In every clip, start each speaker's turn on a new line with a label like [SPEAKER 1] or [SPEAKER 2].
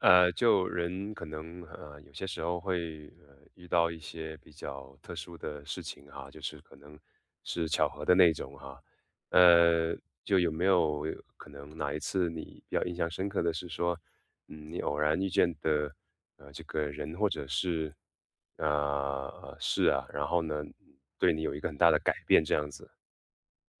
[SPEAKER 1] 就人可能有些时候会遇到一些比较特殊的事情哈，就是可能是巧合的那种哈。呃，就有没有可能哪一次你比较印象深刻的是说，嗯，你偶然遇见的这个人或者是事啊，然后呢对你有一个很大的改变这样子？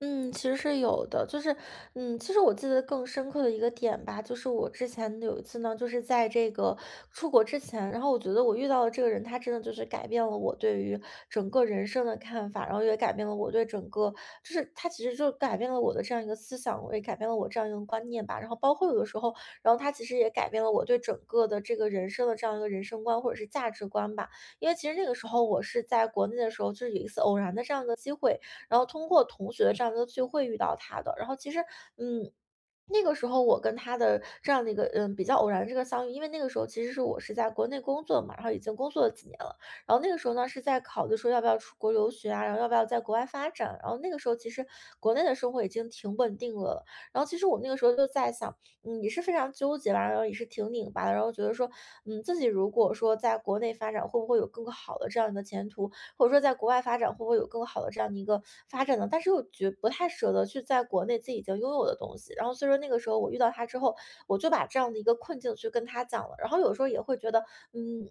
[SPEAKER 2] 嗯，其实是有的，就是，其实我记得更深刻的一个点吧，就是我之前有一次呢，就是在这个出国之前，然后我觉得我遇到的这个人，他真的就是改变了我对于整个人生的看法，然后也改变了我对整个，就是他其实就改变了我的这样一个思想，我也改变了我这样一个观念吧，然后包括有的时候，然后他其实也改变了我对整个的这个人生的这样一个人生观或者是价值观吧，因为其实那个时候我是在国内的时候，就是有一次偶然的这样一个机会。然后通过同学这样的一个聚会遇到他的。然后其实，嗯。那个时候我跟他的这样的一个比较偶然的这个相遇，因为那个时候其实是我是在国内工作嘛，然后已经工作了几年了，然后那个时候呢是在考虑说要不要出国留学啊，然后要不要在国外发展，然后那个时候其实国内的生活已经挺稳定了，然后其实我那个时候就在想，也是非常纠结吧，然后也是挺拧巴的，然后觉得说，自己如果说在国内发展会不会有更好的这样的前途，或者说在国外发展会不会有更好的这样的一个发展呢？但是又觉不太舍得去在国内自己已经拥有的东西。然后所以说那个时候我遇到他之后，我就把这样的一个困境去跟他讲了，然后有时候也会觉得，嗯。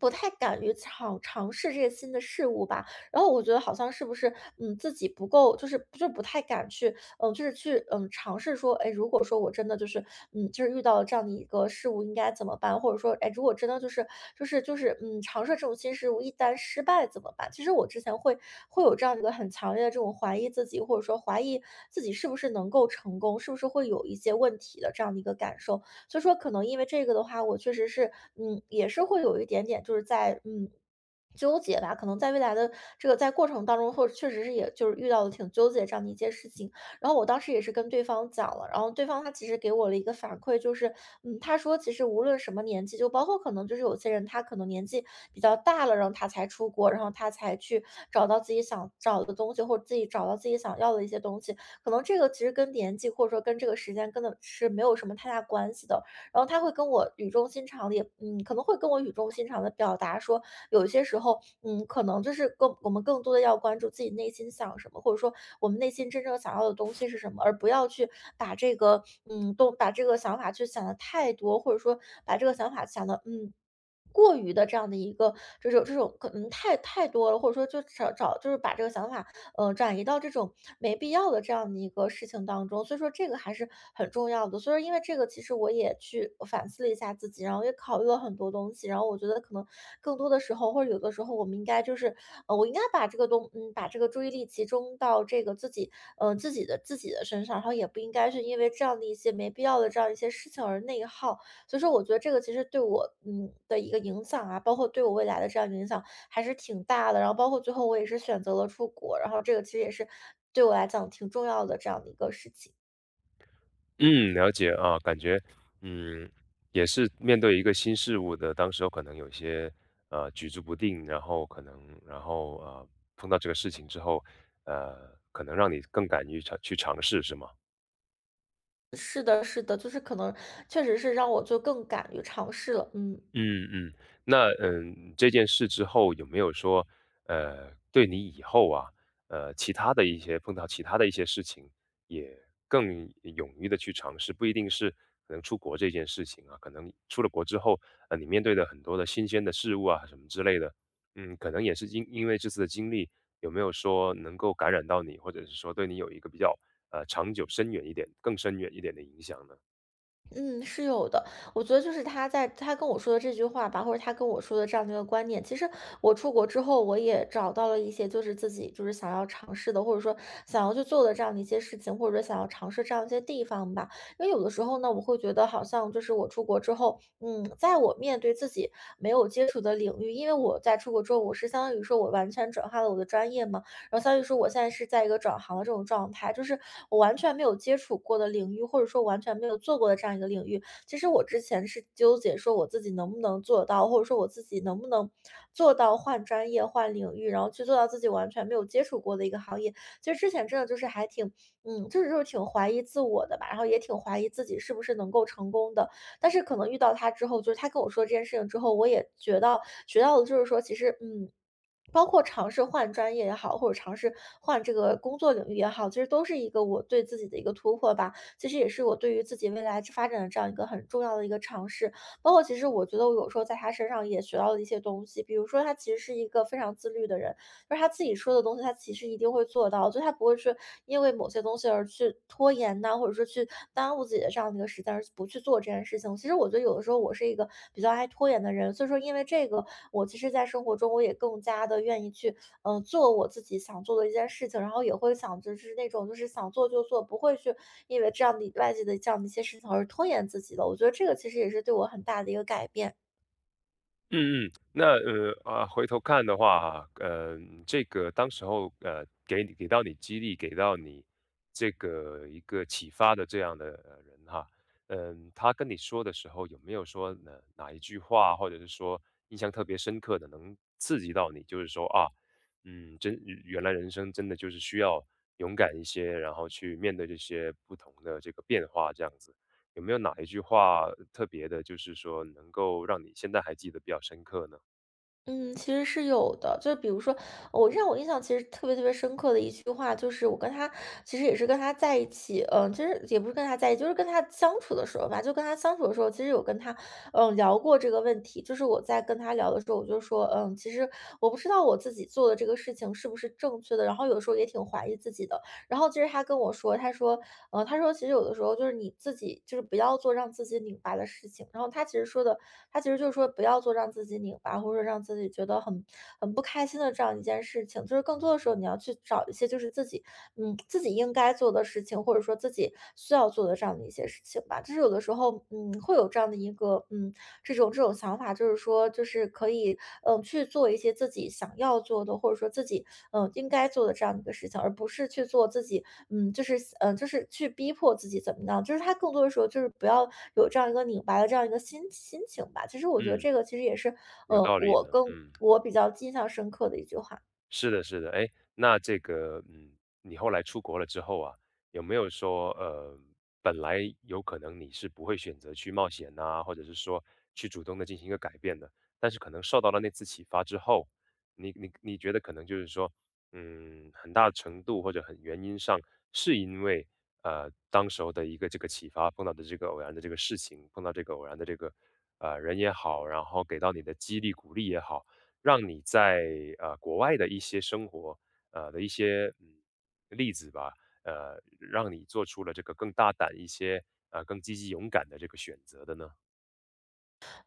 [SPEAKER 2] 不太敢于尝试这些新的事物吧，然后我觉得好像是不是，自己不够，就是就不太敢去就是去尝试说，哎，如果说我真的就是就是遇到了这样的一个事物，应该怎么办？或者说，哎，如果真的就是尝试这种新事物，一旦失败怎么办？其实我之前会有这样一个很强烈的这种怀疑自己，或者说怀疑自己是不是能够成功，是不是会有一些问题的这样的一个感受。所以说，可能因为这个的话，我确实是，也是会有一点点，就是在，纠结吧，可能在未来的这个在过程当中，或者确实是也就是遇到了挺纠结这样的一件事情，然后我当时也是跟对方讲了，然后对方他其实给我了一个反馈，就是，他说其实无论什么年纪，就包括可能就是有些人他可能年纪比较大了，然后他才出国，然后他才去找到自己想找的东西，或者自己找到自己想要的一些东西，可能这个其实跟年纪或者说跟这个时间根本是没有什么太大关系的。然后他会跟我语重心长的，可能会跟我语重心长的表达说，有一些时候，可能就是我们更多的要关注自己内心想什么，或者说我们内心真正想要的东西是什么，而不要去把这个把这个想法去想的太多，或者说把这个想法想的，过于的这样的一个这种可能太多了，或者说就找就是把这个想法，转移到这种没必要的这样的一个事情当中，所以说这个还是很重要的。所以说因为这个，其实我也去反思了一下自己，然后也考虑了很多东西，然后我觉得可能更多的时候或者有的时候，我们应该就是，我应该把这个注意力集中到这个自己的身上，然后也不应该是因为这样的一些没必要的这样一些事情而内耗。所以说我觉得这个其实对我，的一个影响啊，包括对我未来的这样影响还是挺大的。然后包括最后我也是选择了出国，然后这个其实也是对我来讲挺重要的这样的一个事情。
[SPEAKER 1] 嗯，了解啊，感觉嗯，也是面对一个新事物的，当时候可能有些举足不定，然后可能然后碰到这个事情之后，可能让你更敢于尝去尝试，是吗？
[SPEAKER 2] 是的，是的，就是可能确实是让我就更敢于尝试了。
[SPEAKER 1] 嗯嗯，那嗯，这件事之后有没有说，对你以后啊，其他的一些碰到其他的一些事情，也更勇于的去尝试，不一定是可能出国这件事情啊，可能出了国之后，你面对的很多的新鲜的事物啊，什么之类的，嗯，可能也是因为这次的经历，有没有说能够感染到你，或者是说对你有一个比较长久、深远一点、更深远一点的影响呢？
[SPEAKER 2] 嗯，是有的。我觉得就是他跟我说的这句话吧，或者他跟我说的这样的一个观念，其实我出国之后，我也找到了一些就是自己就是想要尝试的，或者说想要去做的这样的一些事情，或者说想要尝试这样一些地方吧。因为有的时候呢，我会觉得好像就是我出国之后，在我面对自己没有接触的领域，因为我在出国之后，我是相当于说我完全转化了我的专业嘛，然后相当于说我现在是在一个转行的这种状态，就是我完全没有接触过的领域，或者说完全没有做过的这样一个领域。其实我之前是纠结说我自己能不能做到，或者说我自己能不能做到换专业、换领域，然后去做到自己完全没有接触过的一个行业。其实之前真的就是还挺，就是挺怀疑自我的吧，然后也挺怀疑自己是不是能够成功的。但是可能遇到他之后，就是他跟我说这件事情之后，我也觉到学到的就是说，其实包括尝试换专业也好，或者尝试换这个工作领域也好，其实都是一个我对自己的一个突破吧。其实也是我对于自己未来之发展的这样一个很重要的一个尝试。包括其实我觉得我有时候在他身上也学到了一些东西，比如说他其实是一个非常自律的人，就是他自己说的东西，他其实一定会做到，就他不会是因为某些东西而去拖延呐、或者说去耽误自己的这样的一个时间，而不去做这件事情。其实我觉得有的时候我是一个比较爱拖延的人，所以说因为这个，我其实在生活中我也更加的愿意去做我自己想做的一件事情，然后也会想就是那种就是想做就做，不会去因为这样的外界的这样的一些事情而拖延自己的。我觉得这个其实也是对我很大的一个改变。
[SPEAKER 1] 嗯嗯，那回头看的话呃，这个当时候给你给到你激励，给到你这个一个启发的这样的人哈，嗯、他跟你说的时候有没有说哪一句话，或者是说印象特别深刻的，能刺激到你，就是说啊，嗯，真原来人生真的就是需要勇敢一些，然后去面对这些不同的这个变化，这样子。有没有哪一句话特别的，就是说能够让你现在还记得比较深刻呢？
[SPEAKER 2] 嗯，其实是有的，就比如说，让我印象其实特别特别深刻的一句话，就是我跟他其实也是跟他在一起，其实也不是跟他在一起，就是跟他相处的时候吧，就跟他相处的时候，其实有跟他，聊过这个问题。就是我在跟他聊的时候，我就说，其实我不知道我自己做的这个事情是不是正确的，然后有时候也挺怀疑自己的，然后其实他跟我说，他说其实有的时候就是你自己就是不要做让自己拧巴的事情。然后他其实说的，他其实就是说不要做让自己拧巴或者说让自己觉得很不开心的这样一件事情。就是更多的时候你要去找一些就是自己自己应该做的事情，或者说自己需要做的这样的一些事情吧。就是有的时候会有这样的一个这种想法，就是说，就是可以去做一些自己想要做的，或者说自己应该做的这样的一个事情，而不是去做自己就是去逼迫自己怎么样，就是他更多的时候就是不要有这样一个拧巴的这样一个心情吧。其实我觉得
[SPEAKER 1] 嗯。
[SPEAKER 2] 这个其实也是
[SPEAKER 1] 有
[SPEAKER 2] 呃
[SPEAKER 1] 道理
[SPEAKER 2] 我
[SPEAKER 1] 呢。
[SPEAKER 2] 更
[SPEAKER 1] 嗯。
[SPEAKER 2] 我比较印象深刻的一句话。
[SPEAKER 1] 是的，是的，哎，那这个，嗯，你后来出国了之后啊，有没有说，本来有可能你是不会选择去冒险呐、或者是说去主动的进行一个改变的，但是可能受到了那次启发之后，你觉得可能就是说，嗯，很大程度或者很原因上是因为，当时候的一个这个启发碰到的这个偶然的这个事情，碰到这个偶然的这个，人也好，然后给到你的激励鼓励也好。让你在，国外的一些生活，的一些，嗯，例子吧，让你做出了这个更大胆一些，更积极勇敢的这个选择的呢？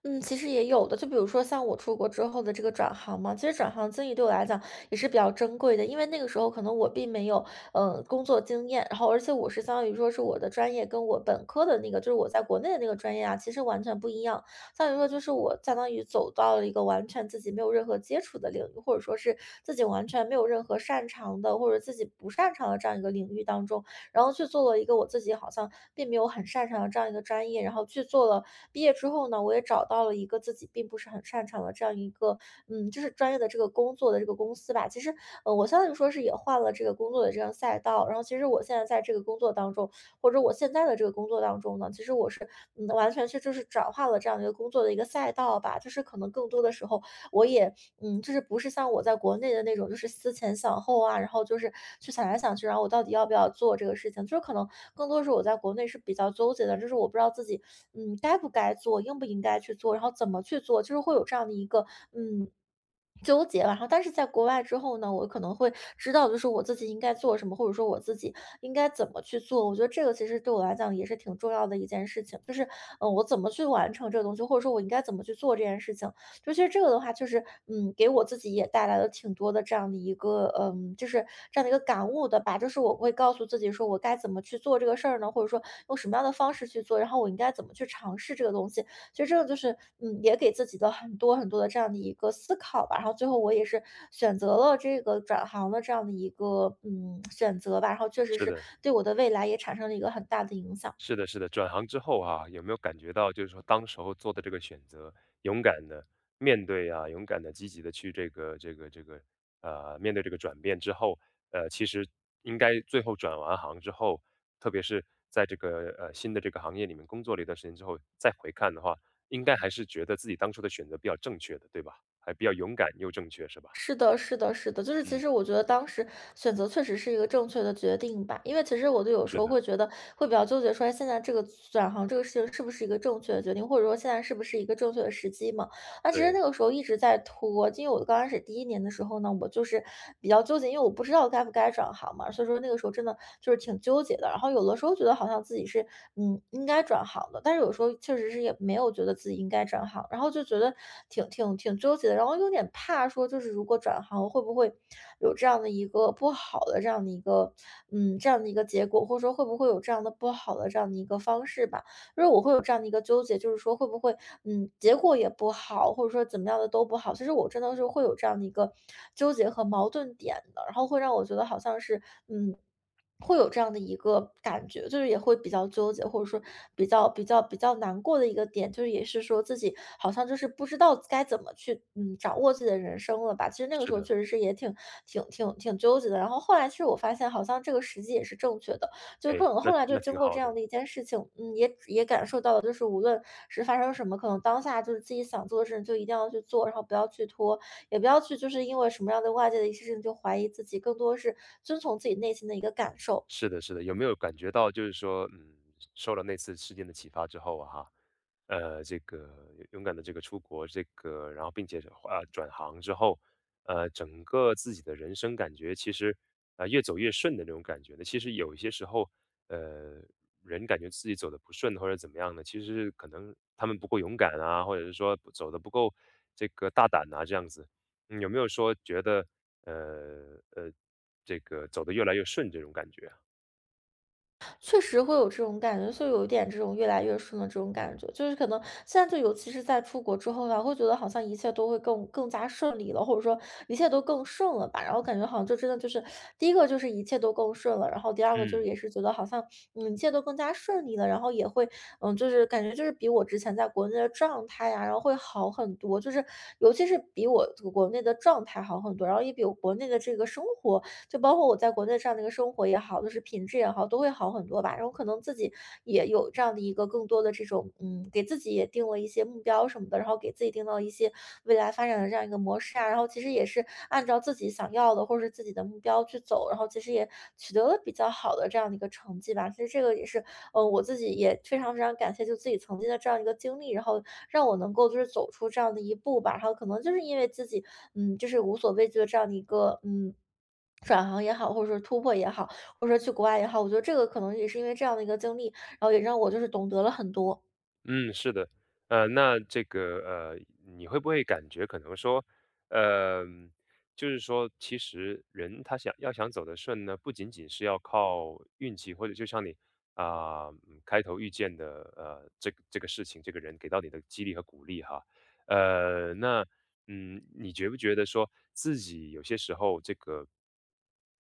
[SPEAKER 2] 嗯，其实也有的，就比如说像我出国之后的这个转行嘛，其实转行经历对我来讲也是比较珍贵的，因为那个时候可能我并没有工作经验，然后而且我是相当于说是我的专业跟我本科的那个，就是我在国内的那个专业啊，其实完全不一样。相当于说就是我相当于走到了一个完全自己没有任何接触的领域，或者说是自己完全没有任何擅长的，或者自己不擅长的这样一个领域当中，然后去做了一个我自己好像并没有很擅长的这样一个专业，然后去做了。毕业之后呢，我也找到了一个自己并不是很擅长的这样一个，就是专业的这个工作的这个公司吧。其实，我相当于说是也换了这个工作的这样赛道。然后，其实我现在在这个工作当中，或者我现在的这个工作当中呢，其实我是，完全是就是转化了这样一个工作的一个赛道吧。就是可能更多的时候，我也就是不是像我在国内的那种，就是思前想后啊，然后就是去想来想去，然后我到底要不要做这个事情，就是可能更多是我在国内是比较纠结的，就是我不知道自己该不该做，应不应该去做，然后怎么去做，就是会有这样的一个嗯。纠结吧，然后但是在国外之后呢，我可能会知道，就是我自己应该做什么，或者说我自己应该怎么去做。我觉得这个其实对我来讲也是挺重要的一件事情，就是我怎么去完成这个东西，或者说我应该怎么去做这件事情。就其实这个的话，就是给我自己也带来了挺多的这样的一个就是这样的一个感悟的吧。就是我会告诉自己说，我该怎么去做这个事儿呢？或者说用什么样的方式去做？然后我应该怎么去尝试这个东西？其实这个就是也给自己的很多很多的这样的一个思考吧。然后最后我也是选择了这个转行的这样的一个选择吧。然后确实
[SPEAKER 1] 是
[SPEAKER 2] 是
[SPEAKER 1] 的。
[SPEAKER 2] 对我的未来也产生了一个很大的影响。
[SPEAKER 1] 是的，是的，转行之后啊，有没有感觉到就是说当时候做的这个选择，勇敢的面对啊，勇敢的、积极的去这个,面对这个转变之后，其实应该最后转完行之后，特别是在这个新的这个行业里面工作了一段时间之后，再回看的话，应该还是觉得自己当初的选择比较正确的，对吧？还比较勇敢又正确，是吧？
[SPEAKER 2] 是的，是的，是的，就是其
[SPEAKER 1] 嗯，
[SPEAKER 2] 实我觉得当时选择确实是一个正确的决定吧，因为其实我就有时
[SPEAKER 1] 是
[SPEAKER 2] 候
[SPEAKER 1] 的，
[SPEAKER 2] 会觉得会比较纠结，说哎现在这个转行这个事情是不是一个正确的决定，或者说现在是不是一个正确的时机嘛？那其实
[SPEAKER 1] 对，
[SPEAKER 2] 那个时候一直在拖，因为我刚开始第一年的时候呢，我就是比较纠结，因为我不知道该不该转行嘛，所以说那个时候真的就是挺纠结的。然后有的时候觉得好像自己是应该转行的，但是有时候确实是也没有觉得自己应该转行，然后就觉得挺纠结的，然后有点怕说，就是如果转行会不会有这样的一个不好的这样的一个，这样的一个结果，或者说会不会有这样的不好的这样的一个方式吧。就是我会有这样的一个纠结，就是说会不会，结果也不好，或者说怎么样的都不好。其实我真的是会有这样的一个纠结和矛盾点的，然后会让我觉得好像是，嗯。会有这样的一个感觉，就是也会比较纠结，或者说比较难过的一个点，就是也是说自己好像就是不知道该怎么去掌握自己的人生了吧。其实那个
[SPEAKER 1] 是
[SPEAKER 2] 时候
[SPEAKER 1] 的，
[SPEAKER 2] 确实是也挺纠结的。然后后来其实我发现好像这个时机也是正确的，就可
[SPEAKER 1] 哎，
[SPEAKER 2] 能后
[SPEAKER 1] 那
[SPEAKER 2] 来就
[SPEAKER 1] 那
[SPEAKER 2] 经
[SPEAKER 1] 挺
[SPEAKER 2] 过这
[SPEAKER 1] 好
[SPEAKER 2] 样
[SPEAKER 1] 的。
[SPEAKER 2] 的一件事情，也感受到了，就是无论是发生什么，可能当下就是自己想做的事情就一定要去做，然后不要去拖，也不要去就是因为什么样的外界的一些事情就怀疑自己，更多是遵从自己内心的一个感受。
[SPEAKER 1] 是的，是的，有没有感觉到就是说，嗯，受了那次事件的启发之后啊，哈，这个勇敢的这个出国，这个然后并且转行之后，整个自己的人生感觉其实越走越顺的那种感觉呢？其实有一些时候，呃，人感觉自己走的不顺或者怎么样呢，其实是可能他们不够勇敢啊，或者是说不走的不够这个大胆啊这样子。嗯，有没有说觉得呃呃这个走的越来越顺这种感觉？
[SPEAKER 2] 确实会有这种感觉，所以有一点这种越来越顺的这种感觉，就是可能现在就尤其是在出国之后呢，会觉得好像一切都会更加顺利了，或者说一切都更顺了吧。然后感觉好像就真的就是第一个就是一切都更顺了，然后第二个就是
[SPEAKER 1] 嗯
[SPEAKER 2] 也是觉得好像一切都更加顺利了，然后也会就是感觉就是比我之前在国内的状态呀、然后会好很多，就是尤其是比我国内的状态好很多，然后也比我国内的这个生活就包括我在国内这样的一个生活也好，就是品质也好，都会好很多吧。然后可能自己也有这样的一个更多的这种，给自己也定了一些目标什么的，然后给自己定到一些未来发展的这样一个模式啊，然后其实也是按照自己想要的或者是自己的目标去走，然后其实也取得了比较好的这样的一个成绩吧。其实这个也是，我自己也非常非常感谢就自己曾经的这样一个经历，然后让我能够就是走出这样的一步吧。然后可能就是因为自己，就是无所畏惧的这样的一个，转行也好，或者说突破也好，或者说去国外也好，我觉得这个可能也是因为这样的一个经历，然后也让我就是懂得了很多。
[SPEAKER 1] 嗯，是的，那这个呃，你会不会感觉可能说，呃，就是说，其实人他想要想走得顺呢，不仅仅是要靠运气，或者就像你开头遇见的这个这个事情，这个人给到你的激励和鼓励哈，那嗯，你觉不觉得说自己有些时候这个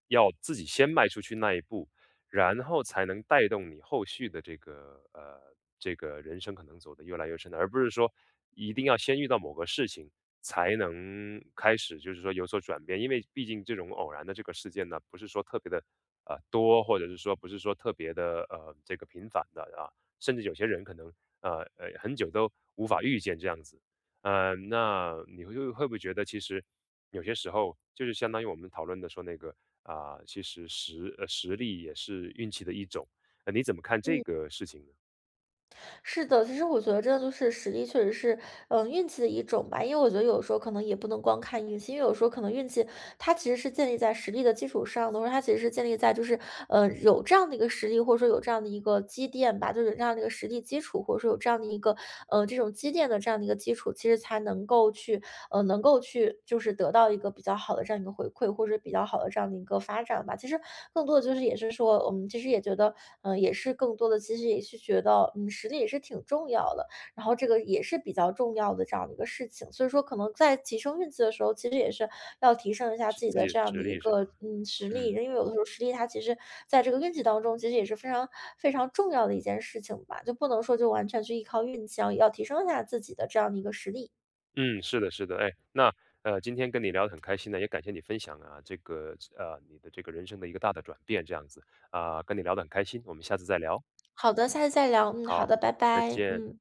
[SPEAKER 1] 要自己先迈出去那一步？然后才能带动你后续的这个这个人生可能走得越来越深的，而不是说一定要先遇到某个事情才能开始，就是说有所转变。因为毕竟这种偶然的这个事件呢，不是说特别的多，或者是说不是说特别的这个频繁的啊，甚至有些人可能很久都无法遇见这样子。那你会会不会觉得其实有些时候就是相当于我们讨论的说那个啊，其实实呃，实力也是运气的一种。你怎么看这
[SPEAKER 2] 嗯，
[SPEAKER 1] 个事情呢？
[SPEAKER 2] 是的，其实我觉得真的就是实力，确实是，运气的一种吧。因为我觉得有时候可能也不能光看运气，因为有时候可能运气它其实是建立在实力的基础上的，或者它其实是建立在就是，有这样的一个实力，或者说有这样的一个积淀吧，就是有这样的一个实力基础，或者说有这样的一个，这种积淀的这样的一个基础，其实才能够去能够去就是得到一个比较好的这样一个回馈，或者比较好的这样的一个发展吧。其实更多的就是也是说，我们其实也觉得，也是更多的其实也是觉得，实力也是挺重要的，然后这个也是比较重要的这样的一个事情。所以说，可能在提升运气的时候，其实也是要提升一下
[SPEAKER 1] 是
[SPEAKER 2] 自己
[SPEAKER 1] 自
[SPEAKER 2] 的
[SPEAKER 1] 己的
[SPEAKER 2] 这样
[SPEAKER 1] 实
[SPEAKER 2] 的一
[SPEAKER 1] 力是吧？
[SPEAKER 2] 个实力，因
[SPEAKER 1] 嗯，
[SPEAKER 2] 为有的时候实力它其实在这个运气当中，其实也是非常非常重要的一件事情吧，就不能说就完全去依靠运气，然后也要提升一下自己的这样的一个实力。
[SPEAKER 1] 嗯，是的，是的。哎，那，今天跟你聊得很开心呢，也感谢你分享啊，这个你的这个人生的一个大的转变这样子。啊，跟你聊得很开心，我们下次再聊。
[SPEAKER 2] 好的，下次再聊。嗯，好
[SPEAKER 1] 好，
[SPEAKER 2] 的，拜
[SPEAKER 1] 再
[SPEAKER 2] 拜。
[SPEAKER 1] 见。
[SPEAKER 2] 嗯。